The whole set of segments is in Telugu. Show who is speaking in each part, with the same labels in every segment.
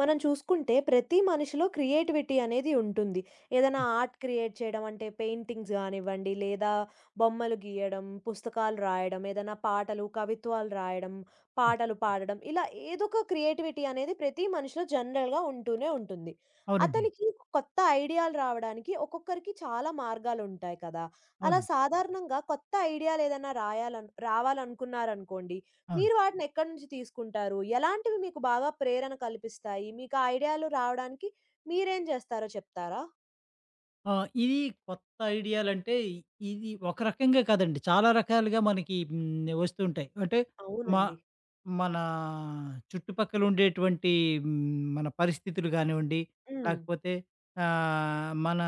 Speaker 1: మనం చూసుకుంటే ప్రతి మనిషిలో క్రియేటివిటీ అనేది ఉంటుంది. ఏదైనా ఆర్ట్ క్రియేట్ చేయడం అంటే పెయింటింగ్స్ గానివ్వండి, లేదా బొమ్మలు గీయడం, పుస్తకాలు రాయడం, ఏదైనా పాటలు, కవిత్వాలు రాయడం, పాటలు పాడడం ఇలా ఏదో ఒక క్రియేటివిటీ అనేది ప్రతి మనిషిలో జనరల్‌గా ఉంటూనే ఉంటుంది.
Speaker 2: అవునండి.
Speaker 1: అతనికి కొత్త ఐడియాలు రావడానికి ఒక్కొక్కరికి చాలా మార్గాలుంటాయి కదా! అలా
Speaker 2: అవునండి.
Speaker 1: సాధారణంగా కొత్త ఐడియాలేదైనా రాయాలను రావాలనుకున్నారనుకోండి,
Speaker 2: అవును.
Speaker 1: మీరు వాటిని ఎక్కడి నుంచి తీసుకుంటారు? ఎలాంటివి మీకు బాగా ప్రేరణ కల్పిస్తాయి? మీకు ఆ ఐడియాలు రావడానికి మీరేం చేస్తారో చెప్తారా?
Speaker 2: ఆహ్, ఇది కొత్త ఐడియాలంటే ఒక రకంగా కాదండి. చాలా రకాలుగా మనకి వస్తుంటాయి. అంటే మ
Speaker 1: అవునండి.
Speaker 2: మన చుట్టుపక్కల ఉండేటువంటి మన పరిస్థితులు గానివ్వండి,
Speaker 1: హ్మ్.
Speaker 2: లేకపోతే మన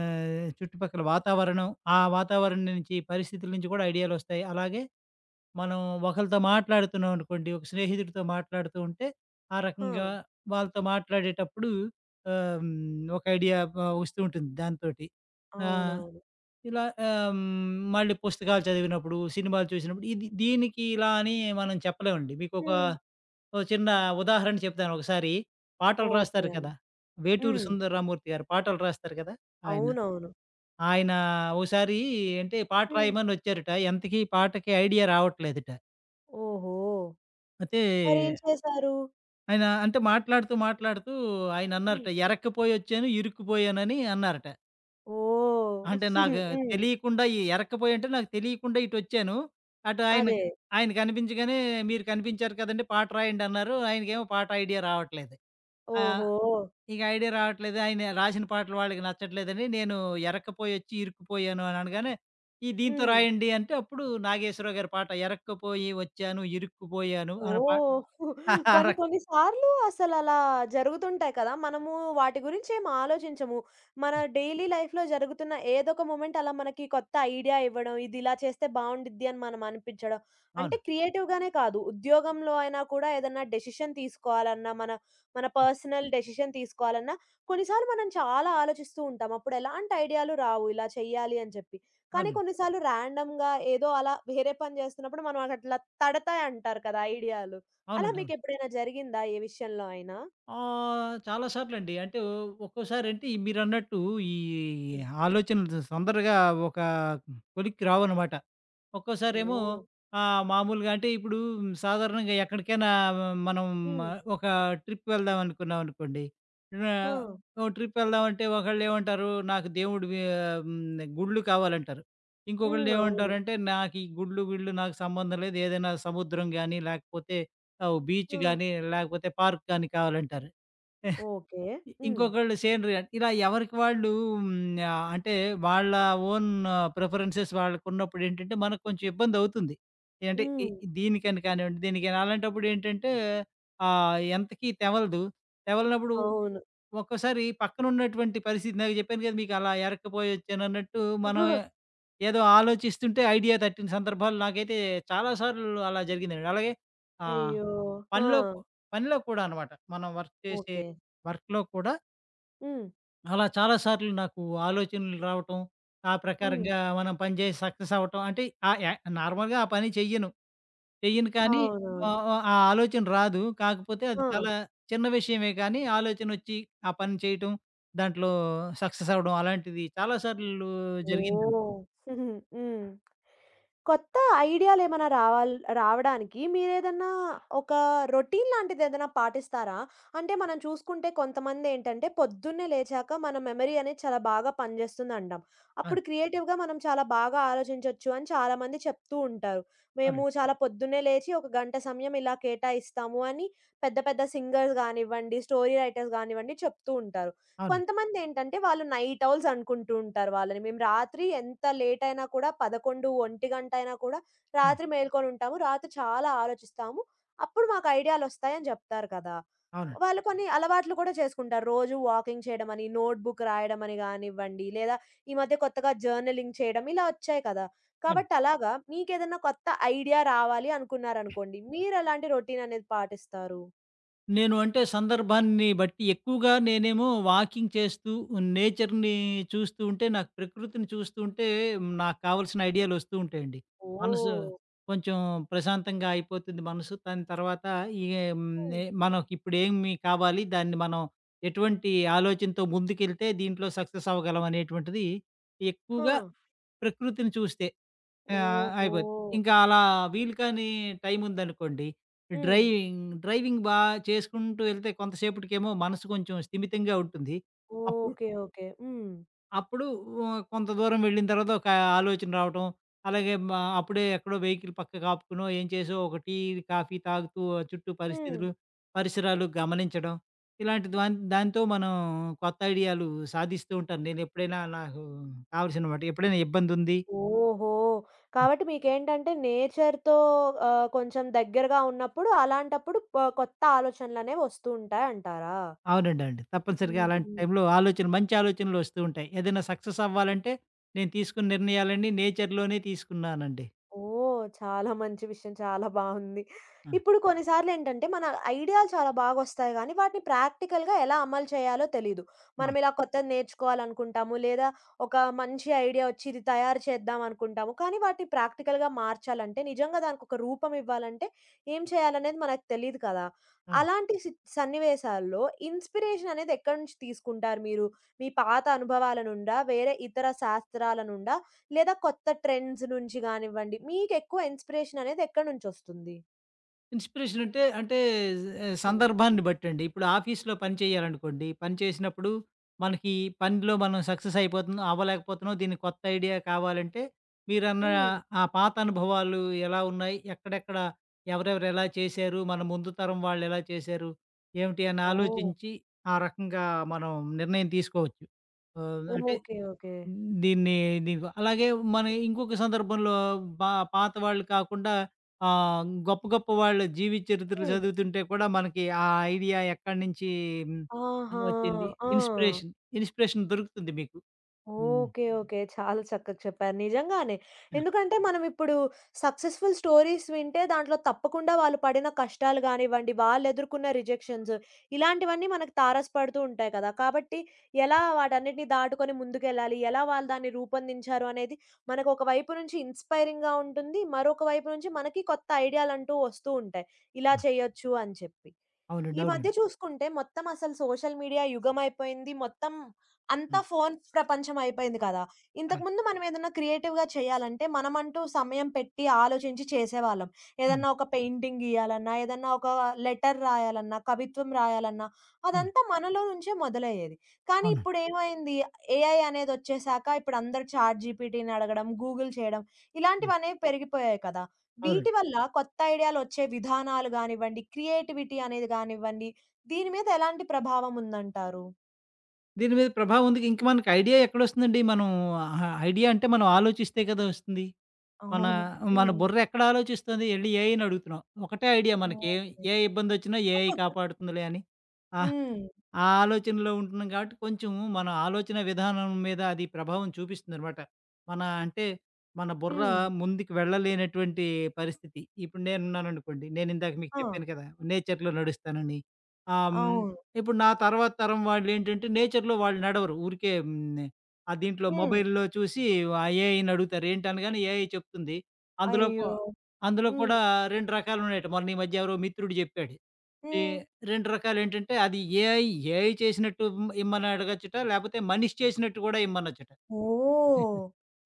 Speaker 2: చుట్టుపక్కల వాతావరణం, ఆ వాతావరణం నుంచి పరిస్థితుల నుంచి కూడా ఐడియాలొస్తాయి. అలాగే మనం ఒకళ్ళతో మాట్లాడుతున్నాం అనుకోండి, ఒక స్నేహితుడితో మాట్లాడుతూ ఉంటే, ఆ
Speaker 1: ఆ!
Speaker 2: రకంగా వాళ్ళతో మాట్లాడేటప్పుడు ఒక ఐడియా వస్తూ ఉంటుంది దాంతోటి. ఆహ్,
Speaker 1: అవునవును.
Speaker 2: ఇలా ఆహ్, హ్మ్, మళ్ళీ పుస్తకాలు చదివినప్పుడు, సినిమాలు చూసినప్పుడు ఇది దీనికి ఇలా అని మనం చెప్పలేమండి. మీకొక
Speaker 1: హ్మ్.
Speaker 2: ఓ చిన్న ఉదాహరణ చెప్తాను. ఒకసారి పాటలు
Speaker 1: ఓకే
Speaker 2: రాస్తారు
Speaker 1: అండి.
Speaker 2: కదా! వేటూరి
Speaker 1: హ్మ్.
Speaker 2: సుందర రామూర్తి గారు పాటలు రాస్తారు కదా! ఆయన.
Speaker 1: అవునవును.
Speaker 2: ఆయన ఓసారి అంటే పాట
Speaker 1: హ్మ్.
Speaker 2: రాయమని వచ్చారట. ఎంతకీ పాటకి ఐడియా రావట్లేదట.
Speaker 1: ఓహో!
Speaker 2: అయితే
Speaker 1: మరేం చేశారు?
Speaker 2: ఆయన అంటే మాట్లాడుతూ, మాట్లాడుతూ
Speaker 1: హ్మ్.
Speaker 2: ఆయనన్నారట, "ఎరక్కపోయొచ్చాను, ఇరుక్కుపోయానని" అన్నారట.
Speaker 1: ఓహ్!
Speaker 2: అంటే నాకు
Speaker 1: హ్మ్.
Speaker 2: తెలియకుండా ఈ ఎరక్కపోయి అంటే నాకు తెలియకుండా ఇటొచ్చాను. అటు ఆయన
Speaker 1: అదే.
Speaker 2: ఆయన కనిపించగానే, "మీరు కనిపించారు కదండీ! పాట రాయండి" అన్నారు. ఆయనకేమో పాట ఐడియా రావట్లేదు. ఆ!
Speaker 1: ఓహో!
Speaker 2: ఇక ఐడియా రావట్లేదు. ఆయన రాసిన పాటలు వాళ్ళకి నచ్చట్లేదని, నేను ఎరక్కపోయొచ్చి ఇరుక్కుపోయాను అని అనగానే, "ఈ దీంతో
Speaker 1: హ్మ్.
Speaker 2: రాయండి" అంటే అప్పుడు నాగేశ్వరరావు గారి పాట, "ఎరక్కపోయి వచ్చాను, ఇరుక్కుపోయాను" అనే పాట
Speaker 1: ఓహ్!
Speaker 2: ఆ!
Speaker 1: కొన్ని
Speaker 2: రకంగా
Speaker 1: కొన్ని సార్లు అసలలా జరుగుతుంటాయి కదా! మనము వాటి గురించి ఏం ఆలోచించము. మన డైలీ లైఫ్‌లో జరుగుతున్న ఏదొక మొమెంట్ అలా మనకి కొత్త ఐడియా ఇవ్వడం, ఇది ఇలా చేస్తే బావుండిద్ది అని మనం అనిపించడం. అంటే
Speaker 2: అవును.
Speaker 1: క్రియేటివ్‌గానే కాదు, ఉద్యోగంలో అయినా కూడా ఏదన్నా డెసిషన్ తీసుకోవాలన్నా, మన మన పర్సనల్ డెసిషన్ తీసుకోవాలన్నా కొన్నిసార్లు మనం చాలా ఆలోచిస్తూ ఉంటాం. అప్పుడు ఎలాంటి ఐడియాలు రావు ఇలా చేయాలి అని చెప్పి. కానీ
Speaker 2: అవును.
Speaker 1: కొన్నిసార్లు ర్యాండమ్‌గా ఏదో అలా వేరే పని చేస్తున్నప్పుడు మనం అట్లా తడతాయి అంటారు కదా ఐడియాలు. అలా
Speaker 2: అవునండి. అవును.
Speaker 1: మీకెప్పుడైనా జరిగిందా ఏ విషయంలో అయినా?
Speaker 2: చాలా సార్లండి. అంటే ఒక్కోసారంటే మీరన్నట్టు ఈ మీరు అన్నట్టు ఈ
Speaker 1: హ్మ్.
Speaker 2: ఆలోచనలు తొందరగా ఒక కొలిక్కి రావనమాట. ఒక్కోసారేమో
Speaker 1: ఓహ్!
Speaker 2: మామూలుగా అంటే ఇప్పుడు సాధారణంగా ఎక్కడికైనా మనం
Speaker 1: హ్మ్.
Speaker 2: ఒక ట్రిప్ వెళ్దాం అనుకున్నాం అనుకోండి.
Speaker 1: ఆ!
Speaker 2: ఆహ్, ఓ ట్రిప్ వెళ్దామంటే ఒకళ్ళేమంటారు, నాకు దేవుడు వి ఆహ్, హ్మ్, గుళ్ళు కావాలంటారు.
Speaker 1: హ్మ్. అవును.
Speaker 2: ఇంకొకళ్ళేమంటారంటే నాకు ఈ గుళ్ళు, గిళ్ళు నాకు సంబంధం లేదు. ఏదైనా సముద్రం గాని, లేకపోతే బీచ్
Speaker 1: ఆ!
Speaker 2: గాని, లేకపోతే పార్క్ గాని కావాలంటారు.
Speaker 1: ఓకే.
Speaker 2: ఇ
Speaker 1: హ్మ్.
Speaker 2: ఇంకొకళ్ళు సేనరీ అంటే ఇలా ఎవరికి వాళ్ళు హ్మ్. అంటే వాళ్ళ ఓన్ ప్రిఫరెన్సెస్ వాళ్ళకున్నప్పుడేంటంటే, మనకు కొంచెం ఇబ్బందవుతుంది. ఏంటే ఇ
Speaker 1: హ్మ్.
Speaker 2: ఇ- దీనికని కానివ్వండి, దీనికని అలాంటప్పుడు ఏంటంటే ఎంతకీ తెవలదు. తెవలనప్పుడు
Speaker 1: అవును.
Speaker 2: ఒక్కోసారి పక్కనున్నటువంటి పరిస్థితి ఇందాక చెప్పాను కదా! మీకు అలా ఎరక్కపోయొచ్చానన్నట్టు మనం ఏదో ఆలోచిస్తుంటే ఐడియా తట్టిన సందర్భాలు నాకైతే చాలా సార్లు అలా జరిగిందండి. అలాగే ఆహ్,
Speaker 1: అయ్యో! ఆ!
Speaker 2: పనిలో పనిలో కూడా అనమాట. మనం
Speaker 1: ఓకే.
Speaker 2: వర్క్‌లో కూడా
Speaker 1: హ్మ్.
Speaker 2: అలా చాలా సార్లు నాకు ఆలోచనలు రావటం, ఆ హ్మ్.
Speaker 1: హ్మ్.
Speaker 2: ప్రకారంగా మనం పని చేసి సక్సెస్ అవ్వటం. అంటే ఆహ్, య నార్మల్‌గా ఆ పని చెయ్యను. చెయ్యను కానీ ఓకే.
Speaker 1: అవునవును.
Speaker 2: ఆహ్, ఆహ్, ఆ ఆలోచన రాదు. కాకపోతే అది
Speaker 1: ఆ!
Speaker 2: చాలా చిన్న విషయమే కానీ ఆలోచనొచ్చి ఆ పని చేయటం, దాంట్లో సక్సెస్ అవ్వడం అలాంటిది చాలా సార్లు జరిగిందండి.
Speaker 1: ఓహ్! హ్మ్. కొత్త ఐడియాలేమైనా రావాల్ రావడానికి మీరేదన్నా ఒక రొటీన్ లాంటిదేదైనా పాటిస్తారా? అంటే మనం చూసుకుంటే కొంతమందేంటంటే పొద్దున్నే లేచాక మన మెమరీ అనేది చాలా బాగా పనిజేస్తుందంటాం.
Speaker 2: అవును.
Speaker 1: అప్పుడు క్రియేటివ్‌గా మనం చాలా బాగా ఆలోచించొచ్చు అని చాలామంది చెప్తూ ఉంటారు. మేము
Speaker 2: అవునండి.
Speaker 1: చాలా పొద్దున్నే లేచి ఒక గంట సమయం ఇలా కేటాయిస్తాము అని పెద్ద పెద్ద సింగర్స్ గానివ్వండి, స్టోరీ రైటర్స్ గానివ్వండి చెప్తూ ఉంటారు.
Speaker 2: అవునండి.
Speaker 1: కొంతమందేంటంటే వాళ్ళు నైట్ ఔల్స్ అనుకుంటూ ఉంటారు వాళ్ళని. మేము రాత్రి ఎంత లేట్ అయినా కూడా 11, 1 గంట అయినా కూడా
Speaker 2: హ్మ్.
Speaker 1: రాత్రి మేల్కొనుంటాము. రాత్రి చాలా ఆలోచిస్తాము. అప్పుడు మాకు ఐడియాలొస్తాయని జెప్తారు కదా!
Speaker 2: అవునండి.
Speaker 1: వాళ్ళు కొన్ని అలవాట్లు కూడా చేసుకుంటారు. రోజు వాకింగ్ చేయడమని, నోట్ బుక్ రాయడమని గానివ్వండి, లేదా ఈ మధ్య కొత్తగా జర్నలింగ్ చేయడం ఇలా ఒచ్చాయి కదా!
Speaker 2: అవును.
Speaker 1: కాబట్టి అలాగా మీకేదన్నా కొత్త ఐడియా రావాలి అనుకున్నారనుకోండి. మీరెలాంటి రొటీననేది పాటిస్తారు?
Speaker 2: నేను అంటే సందర్భాన్ని బట్టి ఎక్కువగా నేనేమో వాకింగ్ చేస్తూ, నేచర్‌ని చూస్తూ ఉంటే, నాకు ప్రకృతిని చూస్తూ ఉంటే, నాకు కావాల్సిన ఐడియాలు వస్తూ ఉంటాయండి. మనసు
Speaker 1: ఓహ్!
Speaker 2: కొంచెం ప్రశాంతంగా అయిపోతుంది మనసు. దాని తర్వాత ఈ హ్మ్,
Speaker 1: హ్మ్.
Speaker 2: మనకిప్పుడు ఏమి కావాలి? దాన్ని మనం ఎటువంటి ఆలోచనతో ముందుకెళ్తే దీంట్లో సక్సెస్ అవ్వగలం అనేటువంటిది
Speaker 1: ఆ!
Speaker 2: ఎక్కువగా ప్రకృతిని చూస్తే. ఆ!
Speaker 1: ఓహో!
Speaker 2: అయిపోద్ది. ఇంకా అలా వీలు కాని టైం ఉందనుకోండి,
Speaker 1: హ్మ్.
Speaker 2: డ్రైవింగ్, డ్రైవింగ్ బా చేసుకుంటూ వెళ్తే కొంతసేపటికేమో మనసు కొంచెం స్థిమితంగా ఉంటుంది. అప్పుడు
Speaker 1: ఓకే. ఓకే. హ్మ్.
Speaker 2: అప్పుడు కొంత దూరం వెళ్ళిన తర్వాత ఒక ఆలోచన రావటం, అలాగే అప్పుడే ఎక్కడో వెహికల్ పక్కకు ఆపుకునో, ఏం చేసో ఒక టీ, కాఫీ తాగుతూ ఆ చుట్టూ
Speaker 1: హ్మ్.
Speaker 2: పరిస్థితులు, పరిసరాలు గమనించడం, ఇలాంటి దాంతో మనం కొత్త ఐడియాలు సాధిస్తూ ఉంటాను. నేనెప్పుడైనా నాకు కావాల్సిన మాట ఎప్పుడైనా ఇబ్బందుంది.
Speaker 1: ఓహో! కాబట్టి మీకేంటంటే నేచర్‌తో కొంచెం దగ్గరగా ఉన్నప్పుడు అలాంటప్పుడు ప కొత్త ఆలోచనలనేవి వస్తూ ఉంటాయంటారా?
Speaker 2: అవునండి. అవునండి. తప్పనిసరిగా అలాంటి
Speaker 1: హుహు.
Speaker 2: టైంలో ఆలోచన మంచి ఆలోచనలు వస్తూ ఉంటాయి. ఏదైనా సక్సెస్ అవ్వాలంటే నేను తీసుకున్న నిర్ణయాలన్నీ నేచర్‌లోనే తీసుకున్నానండి.
Speaker 1: ఓహ్! చాలా మంచి విషయం. చాలా బావుంది.
Speaker 2: ఆ!
Speaker 1: ఇప్పుడు కొన్నిసార్లేంటంటే, మన ఐడియాలు చాలా బాగొస్తాయి గానీ, వాటిని ప్రాక్టికల్‌గా ఎలా అమలు చేయాలో తెలీదు.
Speaker 2: ఆ!
Speaker 1: మనం ఇలా కొత్తది నేర్చుకోవాలనుకుంటాము, లేదా ఒక మంచి ఐడియా ఒచ్చి ఇది తయారు చేద్దాం అనుకుంటాము. కానీ వాటిని ప్రాక్టికల్‌గా మార్చాలంటే, నిజంగా దానికొక రూపం ఇవ్వాలంటే, ఏం చేయాలనేది మనకు తెలీదు కదా!
Speaker 2: ఆ!
Speaker 1: అలాంటి సి సన్నివేశాల్లో ఇన్‌స్పిరేషన్ అనేది ఎక్కడి నుంచి తీసుకుంటారు మీరు? మీ పాత అనుభవాల నుండా? వేరే ఇతర శాస్త్రాల నుండా? లేదా కొత్త ట్రెండ్స్ నుంచి గానివ్వండి, మీకెక్కువ ఇన్‌స్పిరేషన్ అనేది ఎక్కడి నుంచొస్తుంది?
Speaker 2: ఇన్‌స్పిరేషన్ అంటే
Speaker 1: హ్మ్.
Speaker 2: సందర్భాన్ని బట్టండి. ఇప్పుడు ఆఫీస్‌లో పని చేయాలనుకోండి, పని చేసినప్పుడు మనకి పనిలో మనం సక్సెస్ అయిపోతున్నా అవ్వలేకపోతున్నాం, దీనికి కొత్త ఐడియా కావాలంటే మీరన్న
Speaker 1: హ్మ్.
Speaker 2: ఆ పాత అనుభవాలు ఎలా ఉన్నాయి? ఎక్కడెక్కడ, ఎవరెవరు ఎలా చేశారు? మన ముందు తరం వాళ్ళెలా చేశారు? ఏమిటి అని
Speaker 1: ఓహ్!
Speaker 2: ఆలోచించి, ఆ రకంగా మనం నిర్ణయం తీసుకోవచ్చు. ఆహ్, అంటే
Speaker 1: ఓకే. ఓకే.
Speaker 2: హ్మ్. దీన్ని దీనికి అలాగే మన ఇంకొక సందర్భంలో పా పాత వాళ్ళు కాకుండా గొప్ప గొప్ప వాళ్ళ జీవిత చరిత్రలు
Speaker 1: హ్మ్.
Speaker 2: చదువుతుంటే కూడా మనకి ఆ ఐడియా ఎక్కడి నుంచి
Speaker 1: ఆహా!
Speaker 2: వచ్చింది,
Speaker 1: ఆ!
Speaker 2: ఇన్‌స్పిరేషన్, ఇన్‌స్పిరేషన్ దొరుకుతుంది మీకు. హ్మ్.
Speaker 1: ఓకే. ఓకే. చాలా చక్కగా చెప్పారు. నిజంగానే.
Speaker 2: ఆ!
Speaker 1: ఎందుకంటే మనమిప్పుడు సక్సెస్‌ఫుల్ స్టోరీస్ వింటే దాంట్లో తప్పకుండా వాళ్ళు పడిన కష్టాలు గానివ్వండి, వాళ్ళెదుర్కొన్న రిజెక్షన్స్ ఇలాంటివన్నీ మనకు తారసపడుతూ ఉంటాయి కదా! కాబట్టి ఎలా వాటన్నిటిని దాటుకొని ముందుకెళ్ళాలి, ఎలా వాళ్ళు దాన్ని రూపొందించారు అనేది మనకు ఒక వైపు నుంచి ఇన్‌స్పైరింగ్‌గా ఉంటుంది. మరొక వైపు నుంచి మనకి కొత్త ఐడియాలంటూ వస్తూ ఉంటాయి. ఇలా
Speaker 2: ఆ!
Speaker 1: చేయొచ్చు అని చెప్పి.
Speaker 2: అవునండి.
Speaker 1: ఈ
Speaker 2: అవునండి.
Speaker 1: మధ్య చూసుకుంటే మొత్తం అసలు సోషల్ మీడియా యుగమైపోయింది. మొత్తం అంతా
Speaker 2: హ్మ్.
Speaker 1: ఫోను ప్రపంచం అయిపోయింది కదా!
Speaker 2: అవును.
Speaker 1: ఇంతకుముందు మనం ఏదన్నా క్రియేటివ్‌గా చేయాలంటే మనమంటూ సమయం పెట్టి ఆలోచించి చేసేవాళ్ళం.
Speaker 2: అవును.
Speaker 1: ఏదన్నా ఒక పెయింటింగ్ గీయాలన్నా, ఏదన్నా ఒక లెటర్ రాయాలన్నా, కవిత్వం రాయాలన్నా
Speaker 2: అవును.
Speaker 1: అదంతా మనలో నుంచే మొదలయ్యేది. కానీ
Speaker 2: అవునండి.
Speaker 1: ఇప్పుడేమైంది ఏఐ అనేదొచ్చేసాక ఇప్పుడు అందరూ చాట్ జీపీటీని అడగడం, గూగుల్ చేయడం
Speaker 2: హ్మ్.
Speaker 1: ఇలాంటివనేవి పెరిగిపోయాయి కదా! వీటి
Speaker 2: అవునండి.
Speaker 1: వల్ల కొత్త ఐడియాలొచ్చే విధానాలు గానివ్వండి, క్రియేటివిటీ అనేది గానివ్వండి, దీని మీద ఎలాంటి ప్రభావం ఉందంటారు?
Speaker 2: దీని మీద ప్రభావం ఉంది. ఇంక మనకి ఐడియా ఎక్కడొస్తుందండి? మనం ఐడియా అంటే మనం ఆలోచిస్తే కదా! వస్తుంది. మన
Speaker 1: అవును.
Speaker 2: మన
Speaker 1: హ్మ్.
Speaker 2: బుర్ర ఎక్కడ ఆలోచిస్తుంది? ఎళ్లి ఏఐని అడుగుతున్నాం. ఒకటే ఐడియా మనకి ఏ
Speaker 1: ఓకే.
Speaker 2: ఏ ఇబ్బందొచ్చినా ఏఐ కాపాడుతుందిలే అని. ఆ!
Speaker 1: హ్మ్.
Speaker 2: ఆ ఆలోచనలో ఉంటున్నాం కాబట్టి కొంచెం మన ఆలోచన విధానం మీద అది ప్రభావం చూపిస్తుందనమాట. మన అంటే మన బుర్ర
Speaker 1: హ్మ్.
Speaker 2: ముందుకు వెళ్ళలేనటువంటి పరిస్థితి. ఇప్పుడు నేనున్నాననుకోండి. నేనిందాక మీకు
Speaker 1: ఆ!
Speaker 2: చెప్పాను కదా! నేచర్‌లో నడుస్తానని. ఆహ్, హ్మ్,
Speaker 1: అవును.
Speaker 2: ఇప్పుడు నా తర్వాత తరం వాళ్ళేంటంటే నేచర్‌లో వాళ్ళు నడవరు. ఊరికే హ్మ్, ఆ దీంట్లో
Speaker 1: హ్మ్.
Speaker 2: మొబైల్‌లో చూసి ఆ ఏఐని అడుగుతారు. ఏంటనగానే ఏఐ చెప్తుంది. అందులో కూ
Speaker 1: అయ్యో!
Speaker 2: అందులో
Speaker 1: హ్మ్.
Speaker 2: కూడా 2 రకాలున్నాయట. మొన్న ఈ మధ్య ఎవరో మిత్రుడు జెప్పాడు. ఈ
Speaker 1: హ్మ్.
Speaker 2: 2 రకాలేంటంటే, అది ఏఐ చేసినట్టు ఇమ్మని అడగొచ్చుట, లేపోతే మనిషి చేసినట్టు గూడా ఇమ్మనొచ్చుట.
Speaker 1: ఓహ్!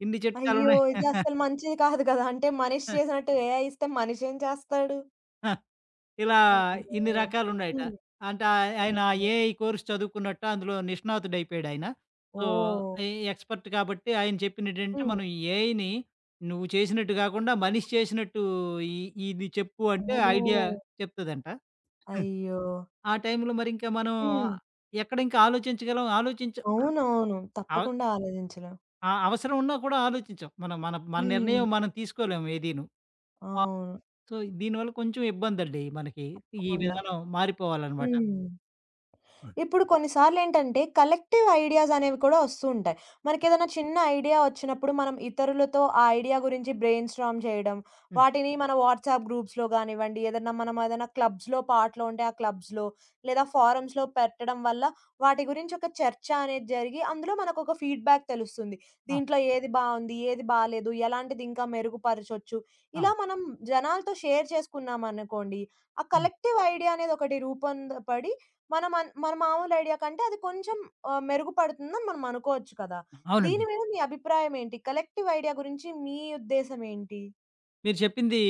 Speaker 2: ఇన్ని
Speaker 1: అయ్యో!
Speaker 2: చిట్కాలున్నాయి.
Speaker 1: ఇది అసలు మంచిది కాదు కదా! అంటే మనిషి చేసినట్టు ఏఐ ఇస్తే మనిషేం చేస్తాడు?
Speaker 2: ఇలా ఇన్ని
Speaker 1: అయ్యో!
Speaker 2: రకాలున్నాయట.
Speaker 1: హ్మ్.
Speaker 2: అంటే ఆయన
Speaker 1: ఓకే.
Speaker 2: ఏఐ కోర్స్ చదువుకున్నట్ట, అందులో నిష్ణాతుడయిపోయాడాయన. సో,
Speaker 1: ఓహ్!
Speaker 2: ఎ ఎక్స్‌పర్ట్ కాబట్టి ఆయన చెప్పినటేంటంటే,
Speaker 1: హ్మ్.
Speaker 2: మనం ఏఐని నువ్వు చేసినట్టు గాకుండా, మనిషి చేసినట్టు ఇ ఇది చెప్పు అంటే ఐడియా
Speaker 1: ఓహ్!
Speaker 2: చెప్తదంట.
Speaker 1: అయ్యో!
Speaker 2: ఆ టైంలో మరింకా మనం
Speaker 1: హ్మ్.
Speaker 2: ఎక్కడింకా ఆలోచించగలం. ఆలోచించ
Speaker 1: అవునవును.
Speaker 2: అవ
Speaker 1: తప్పకుండా ఆలోచించలేం.
Speaker 2: ఆ! అవసరం ఉన్నా కూడా ఆలోచించం. మనం మన మన
Speaker 1: హ్మ్.
Speaker 2: నిర్ణయం మనం తీసుకోలేము ఏదీను. ఆ!
Speaker 1: అవును.
Speaker 2: సో, దీనివల్ల కొంచెం ఇబ్బందండి మనకి. ఈ
Speaker 1: తప్పకుండా.
Speaker 2: విధానం మారిపోవాలనమాట.
Speaker 1: హ్మ్.
Speaker 2: అవును.
Speaker 1: ఇప్పుడు కొన్నిసార్లేంటంటే, కలెక్టివ్ ఐడియాస్ అనేవి కూడా వస్తూ ఉంటాయి. మనకేదైనా చిన్న ఐడియా వచ్చినప్పుడు మనం ఇతరులతో ఆ ఐడియా గురించి బ్రెయిన్ స్టార్మ్ చేయడం,
Speaker 2: హ్మ్.
Speaker 1: వాటిని మన వాట్సాప్ గ్రూప్స్‌లో గానివ్వండి, ఏదన్నా మనం ఏదైనా క్లబ్స్‌లో పాటలు ఉంటే ఆ క్లబ్స్‌లో, లేదా ఫారమ్స్‌లో పెట్టడం వల్ల వాటి గురించి ఒక చర్చ అనేది జరిగి, అందులో మనకొక ఫీడ్‌బ్యాక్ తెలుస్తుంది.
Speaker 2: ఆ!
Speaker 1: దీంట్లో ఏది బావుంది, ఏది బాలేదు, ఎలాంటిది ఇంకా మెరుగుపరచొచ్చు,
Speaker 2: ఆ!
Speaker 1: ఇలా మనం జనాలతో షేర్ చేసుకున్నామనుకోండి, ఆ
Speaker 2: హ్మ్.
Speaker 1: కలెక్టివ్ ఐడియా అనేది ఒకటి రూపొందపడి మనం అన్ మన మామూలు ఐడియా కంటే అది కొంచెం మెరుగుపడుతుందని మనం అనుకోవచ్చు కదా! దీని
Speaker 2: అవునండి.
Speaker 1: మీద మీ అభిప్రాయం ఏంటి? కలెక్టివ్ ఐడియా గురించి మీ ఉద్దేశం ఏంటి?
Speaker 2: మీరు చెప్పింది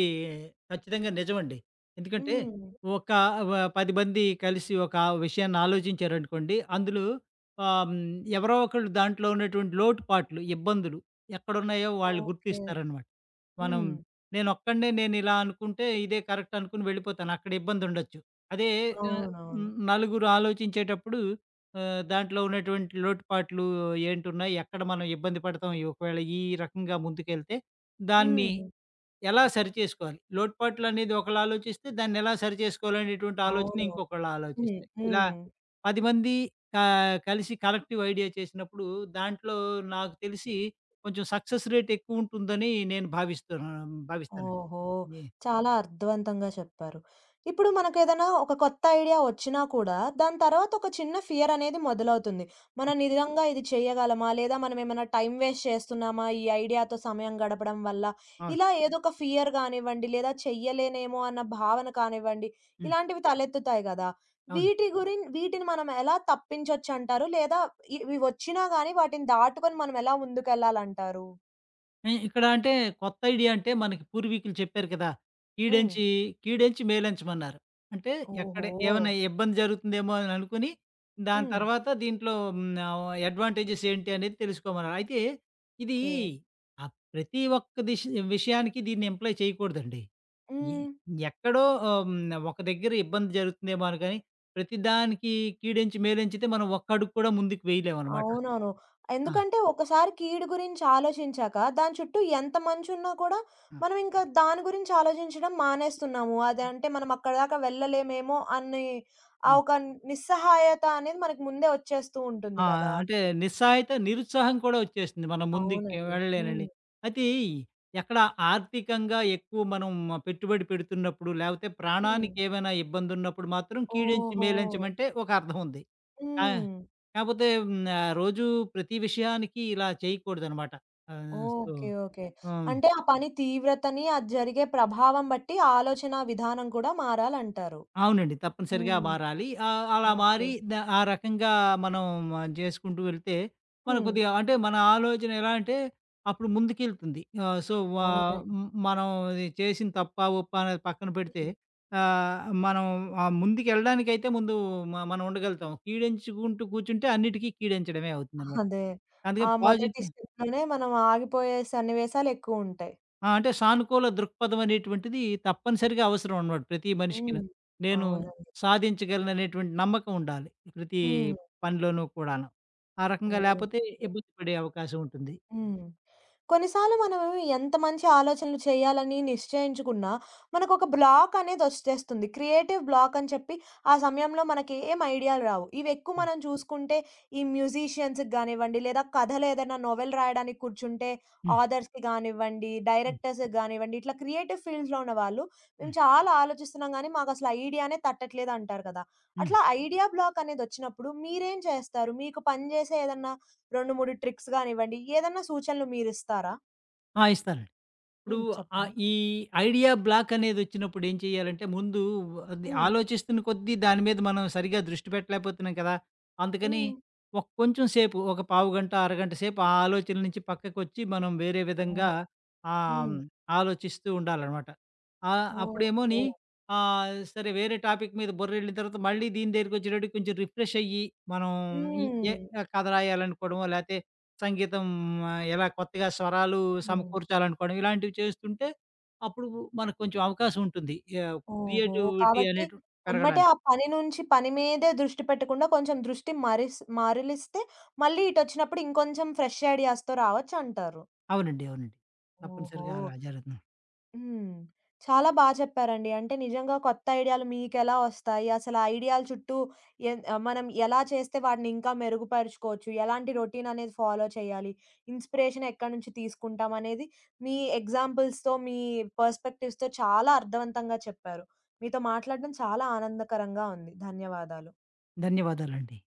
Speaker 2: ఖచ్చితంగా నిజమండి. ఎందుకంటే
Speaker 1: హ్మ్.
Speaker 2: ఒక 10 మంది కలిసి ఒక విషయాన్ని ఆలోచించారనుకోండి, అందులో ఆహ్, హ్మ్, ఎవరో ఒకళ్ళు దాంట్లో ఉన్నటువంటి లోటుపాట్లు, ఇబ్బందులు ఎక్కడున్నాయో వాళ్ళు
Speaker 1: ఓకే.
Speaker 2: గుర్తిస్తారనమాట. మనం
Speaker 1: హ్మ్.
Speaker 2: నేనొక్కడినే నేనిలా అనుకుంటే ఇదే కరెక్ట్ అనుకుని వెళ్ళిపోతాను. అక్కడ ఇబ్బందుండొచ్చు. అదే ఆహ్,
Speaker 1: అవునవును.
Speaker 2: నలుగురు ఆలోచించేటప్పుడు దాంట్లో ఉన్నటువంటి లోటుపాట్లు ఏంటున్నాయి, ఎక్కడ మనం ఇబ్బంది పడతాం, ఈ ఒకవేళ ఈ రకంగా ముందుకెళ్తే దాన్ని
Speaker 1: హ్మ్.
Speaker 2: ఎలా సరిచేసుకోవాలి? లోటుపాట్లనేది ఒకళ్ళాలోచిస్తే, దాన్నెలా సరిచేసుకోవాలనేటువంటి ఆలోచన
Speaker 1: అవునవును.
Speaker 2: ఇంకొకళ్ళు
Speaker 1: హ్మ్.
Speaker 2: ఆలోచిస్తారు. ఇలా
Speaker 1: హ్మ్.
Speaker 2: 10 మంది కలిసి కలెక్టివ్ ఐడియా చేసినప్పుడు, దాంట్లో నాకు తెలిసి కొంచెం సక్సెస్ రేట్ ఎక్కువుంటుందని నేను భావిస్తానండి.
Speaker 1: ఓహో!
Speaker 2: ఏ
Speaker 1: చాలా అర్థవంతంగా చెప్పారు. ఇప్పుడు మనకేదైనా ఒక కొత్త ఐడియా వచ్చినా కూడా, దాని తర్వాత ఒక చిన్న ఫియర్ అనేది మొదలవుతుంది. మనం
Speaker 2: అవును.
Speaker 1: నిజంగా ఇది చేయగలమా? లేదా మనమేమన్నా టైమ్ వేస్ట్ చేస్తున్నామా? ఈ ఐడియాతో సమయం గడపడం వల్ల?
Speaker 2: అవును.
Speaker 1: ఇలా ఏదో ఒక ఫియర్ కానివ్వండి, లేదా చెయ్యలేనేమో అన్న భావన కానివ్వండి,
Speaker 2: హ్మ్.
Speaker 1: ఇలాంటివి తలెత్తుతాయి కదా!
Speaker 2: అవును.
Speaker 1: వీటి గురిన్ వీటిని మనం ఎలా తప్పించొచ్చంటారు? లేదా ఇవి వచ్చినా గానీ వాటిని దాటుకొని మనం ఎలా ముందుకెళ్ళాలంటారు?
Speaker 2: ఇక్కడ అంటే కొత్త ఐడియా అంటే మనకి పూర్వీకులు చెప్పారు కదా!
Speaker 1: హ్మ్.
Speaker 2: కీడెంచి, కీడెంచి మేలెంచమన్నారు. అంటే ఎక్కడ
Speaker 1: ఓహో!
Speaker 2: ఏమైనా ఇబ్బంది జరుగుతుందేమో అని అనుకుని, దాని
Speaker 1: హ్మ్.
Speaker 2: తర్వాత దీంట్లో అడ్వాంటేజెస్ ఏంటి అనేది తెలుసుకోమన్నారు. అయితే ఇది
Speaker 1: ఓకే.
Speaker 2: ప్రతి ఒక్క విషయానికి దీన్ని ఎంప్లాయ్ చేయకూడదండి. ఎ
Speaker 1: హ్మ్.
Speaker 2: ఎక్కడో ఆహ్, హ్మ్. ఒక దగ్గర ఇబ్బంది జరుగుతుందేమో అని కానీ, ప్రతిదానికి కీడెంచి మేలెంచితే మనం ఒక్క అడుగు కూడా ముందుకు వేయలేమనమాట.
Speaker 1: అవునవును.
Speaker 2: ఆ!
Speaker 1: ఎందుకంటే ఒకసారి కీడు గురించి ఆలోచించాక దాని చుట్టూ ఎంత మంచున్నా కూడా
Speaker 2: ఆ!
Speaker 1: మనం ఇంకా దాని గురించి ఆలోచించడం మానేస్తున్నాము. అదంటే మనం అక్కడి దాకా వెళ్ళలేమేమో అని ఆ
Speaker 2: ఆ!
Speaker 1: ఒక నిస్సహాయత అనేది మనకు ముందే వచ్చేస్తూ ఉంటుంది
Speaker 2: ఆ!
Speaker 1: కదా!
Speaker 2: అంటే నిస్సహాయత, నిరుత్సాహం కూడా వచ్చేస్తుంది. మనం ముందుకి
Speaker 1: అవునండి. హ్మ్.
Speaker 2: వెళ్ళలేనని. అయితే ఎక్కడ ఆర్థికంగా ఎక్కువ మనం పెట్టుబడి పెడుతున్నప్పుడు, లేకపోతే
Speaker 1: హ్మ్.
Speaker 2: ప్రాణానికి ఏమైనా ఇబ్బందున్నప్పుడు మాత్రం కీడించి
Speaker 1: ఓహో!
Speaker 2: మేలెంచమంటే ఒక అర్థం ఉంది. ఆ!
Speaker 1: హ్మ్.
Speaker 2: కాకపోతే రోజూ ప్రతి విషయానికి ఇలా చేయకూడదనమాట. So,
Speaker 1: okay. ఓకే.
Speaker 2: హ్మ్.
Speaker 1: అంటే ఆ పని తీవ్రతని, అది జరిగే ప్రభావం బట్టి ఆలోచనా విధానం కూడా మారాలంటారు.
Speaker 2: అవునండి. తప్పనిసరిగా
Speaker 1: హ్మ్.
Speaker 2: మారాలి. ఆహ్, అలా
Speaker 1: ఓకే.
Speaker 2: మారి ద ఆ రకంగా మనం జేసుకుంటూ వెళ్తే, మనం
Speaker 1: హ్మ్.
Speaker 2: కొద్దిగా అంటే మన ఆలోచన ఎలా అంటే, అప్పుడు ముందుకెళ్తుంది. ఆహ్, సో, వా
Speaker 1: అవునండి.
Speaker 2: హ్మ్, మనం ఇది చేసిన తప్పా, ఒప్పా అనేది పక్కన పెడితే, ఆహ్, మనం ముందుకెళ్ళడానికైతే ముందు మనం ఉండగలుగుతాం. కీడెంచుకుంటూ కూర్చుంటే అన్నిటికీ కీడెంచడమే అవుతుందనమాట.
Speaker 1: అదే. ఆ
Speaker 2: అందుకని
Speaker 1: మొదటి స్టెప్‌లోనే మనం ఆగిపోయే సన్నివేశాలెక్కువుంటాయి.
Speaker 2: ఆ! అంటే సానుకూల దృక్పథం అనేటువంటిది తప్పనిసరిగా అవసరం అన్నమాట ప్రతి మనిషికిను.
Speaker 1: హ్మ్.
Speaker 2: నేను
Speaker 1: అవునండి.
Speaker 2: సాధించగలననేటువంటి నమ్మకం ఉండాలి. ప్రతి
Speaker 1: హ్మ్.
Speaker 2: పనిలోనూ కూడాను. ఆ రకంగా
Speaker 1: ఓకే.
Speaker 2: లేపోతే ఇబ్బంది పడే అవకాశం ఉంటుంది.
Speaker 1: హ్మ్. కొన్నిసార్లు మనమేమో ఎంత మంచి ఆలోచనలు చేయాలని నిశ్చయించుకున్నా, మనకొక బ్లాక్ అనేదొచ్చేస్తుంది. క్రియేటివ్ బ్లాక్ అని చెప్పి ఆ సమయంలో మనకి ఏం ఐడియాలు రావు. ఇవెక్కువ
Speaker 2: హ్మ్.
Speaker 1: మనం చూసుకుంటే ఈ మ్యూజిషియన్స్‌కి గానివ్వండి, లేదా కథలేదైనా నోవెల్ రాయడానికి కూర్చుంటే
Speaker 2: హ్మ్.
Speaker 1: ఆథర్స్‌కి గానివ్వండి,
Speaker 2: హ్మ్.
Speaker 1: డైరెక్టర్స్‌కి గానివ్వండి, ఇట్లా క్రియేటివ్ ఫీల్డ్స్‌లో ఉన్నవాళ్ళు, మేము
Speaker 2: హ్మ్.
Speaker 1: చాలా ఆలోచిస్తున్నాం గానీ, మాకసలు ఐడియానే తట్టట్లేదంటారు కదా!
Speaker 2: హ్మ్.
Speaker 1: అట్లా ఐడియా బ్లాక్ అనేదొచ్చినప్పుడు మీరేం చేస్తారు? మీకు పని చేసే ఏదన్నా 2, 3 ట్రిక్స్ గానివ్వండి, ఏదన్నా సూచనలు మీరిస్తారా?
Speaker 2: ఆ! ఇస్తానండి. ఇప్పుడు
Speaker 1: హ్మ్.
Speaker 2: ఆహ్,
Speaker 1: చెప్పండి.
Speaker 2: ఈ ఐడియా బ్లాక్ అనేదొచ్చినప్పుడు ఏం చేయాలంటే, ముందు అది
Speaker 1: హ్మ్.
Speaker 2: ఆలోచిస్తున్న కొద్దీ దాని మీద మనం సరిగ్గా దృష్టి పెట్టలేకపోతున్నాం కదా! అందుకని
Speaker 1: హ్మ్.
Speaker 2: కొంచెం సేపు ఒక పావుగంట, అరగంట సేపు ఆ ఆలోచన నుంచి పక్కకొచ్చి మనం వేరే విధంగా
Speaker 1: ఓహ్!
Speaker 2: ఆహ్, హ్మ్,
Speaker 1: హ్మ్.
Speaker 2: ఆలోచిస్తూ ఉండాలనమాట. ఆహ్, అప్పుడేమోని
Speaker 1: ఓహో!
Speaker 2: సరే వేరే టాపిక్ మీద బుర్రెళ్ళిన తర్వాత మళ్ళీ దీని దగ్గరికొచ్చేటప్పటికి కొంచెం రిఫ్రెష్ అయ్యి, మనం ఈ
Speaker 1: హ్మ్.
Speaker 2: ఏ కథ రాయాలనుకోవడమో లేతే సంగీతం ఎలా కొత్తగా స్వరాలు
Speaker 1: హ్మ్.
Speaker 2: సమకూర్చాలనుకోవడం ఇలాంటివి చేస్తుంటే, అప్పుడు మనకు కొంచెం అవకాశం ఉంటుంది.
Speaker 1: ఓహో!
Speaker 2: క్రియేటివిటీ
Speaker 1: కాబట్టి ఎమ్మటే
Speaker 2: పెరగడానికి.
Speaker 1: ఆ పని నుంచి పని మీదే దృష్టి పెట్టకుండా కొంచెం దృష్టి మరిస్ మరలిస్తే మళ్ళీ ఇటొచ్చినప్పుడు ఇంకొంచెం ఫ్రెష్ ఐడియాస్‌తో రావచ్చంటారు.
Speaker 2: అవునండి. అవునండి.
Speaker 1: ఓహో!
Speaker 2: తప్పనిసరిగా అలా జరుగుతుంది.
Speaker 1: హ్మ్. చాలా బా చెప్పారండి. అంటే నిజంగా కొత్త ఐడియాలు మీకెలా వస్తాయి? అసలు ఆ ఐడియాల చుట్టూ ఎన్ మనం ఎలా చేస్తే వాటిని ఇంకా మెరుగుపరుచుకోవచ్చు? ఎలాంటి రొటీన్ అనేది ఫాలో చేయాలి? ఇన్‌స్పిరేషన్ ఎక్కడి నుంచి తీసుకుంటాం? అనేది మీ ఎగ్జాంపుల్స్‌తో, మీ పర్స్‌పెక్టివ్స్‌తో చాలా అర్థవంతంగా చెప్పారు. మీతో మాట్లాడడం చాలా ఆనందకరంగా ఉంది. ధన్యవాదాలు.
Speaker 2: ధన్యవాదాలండి.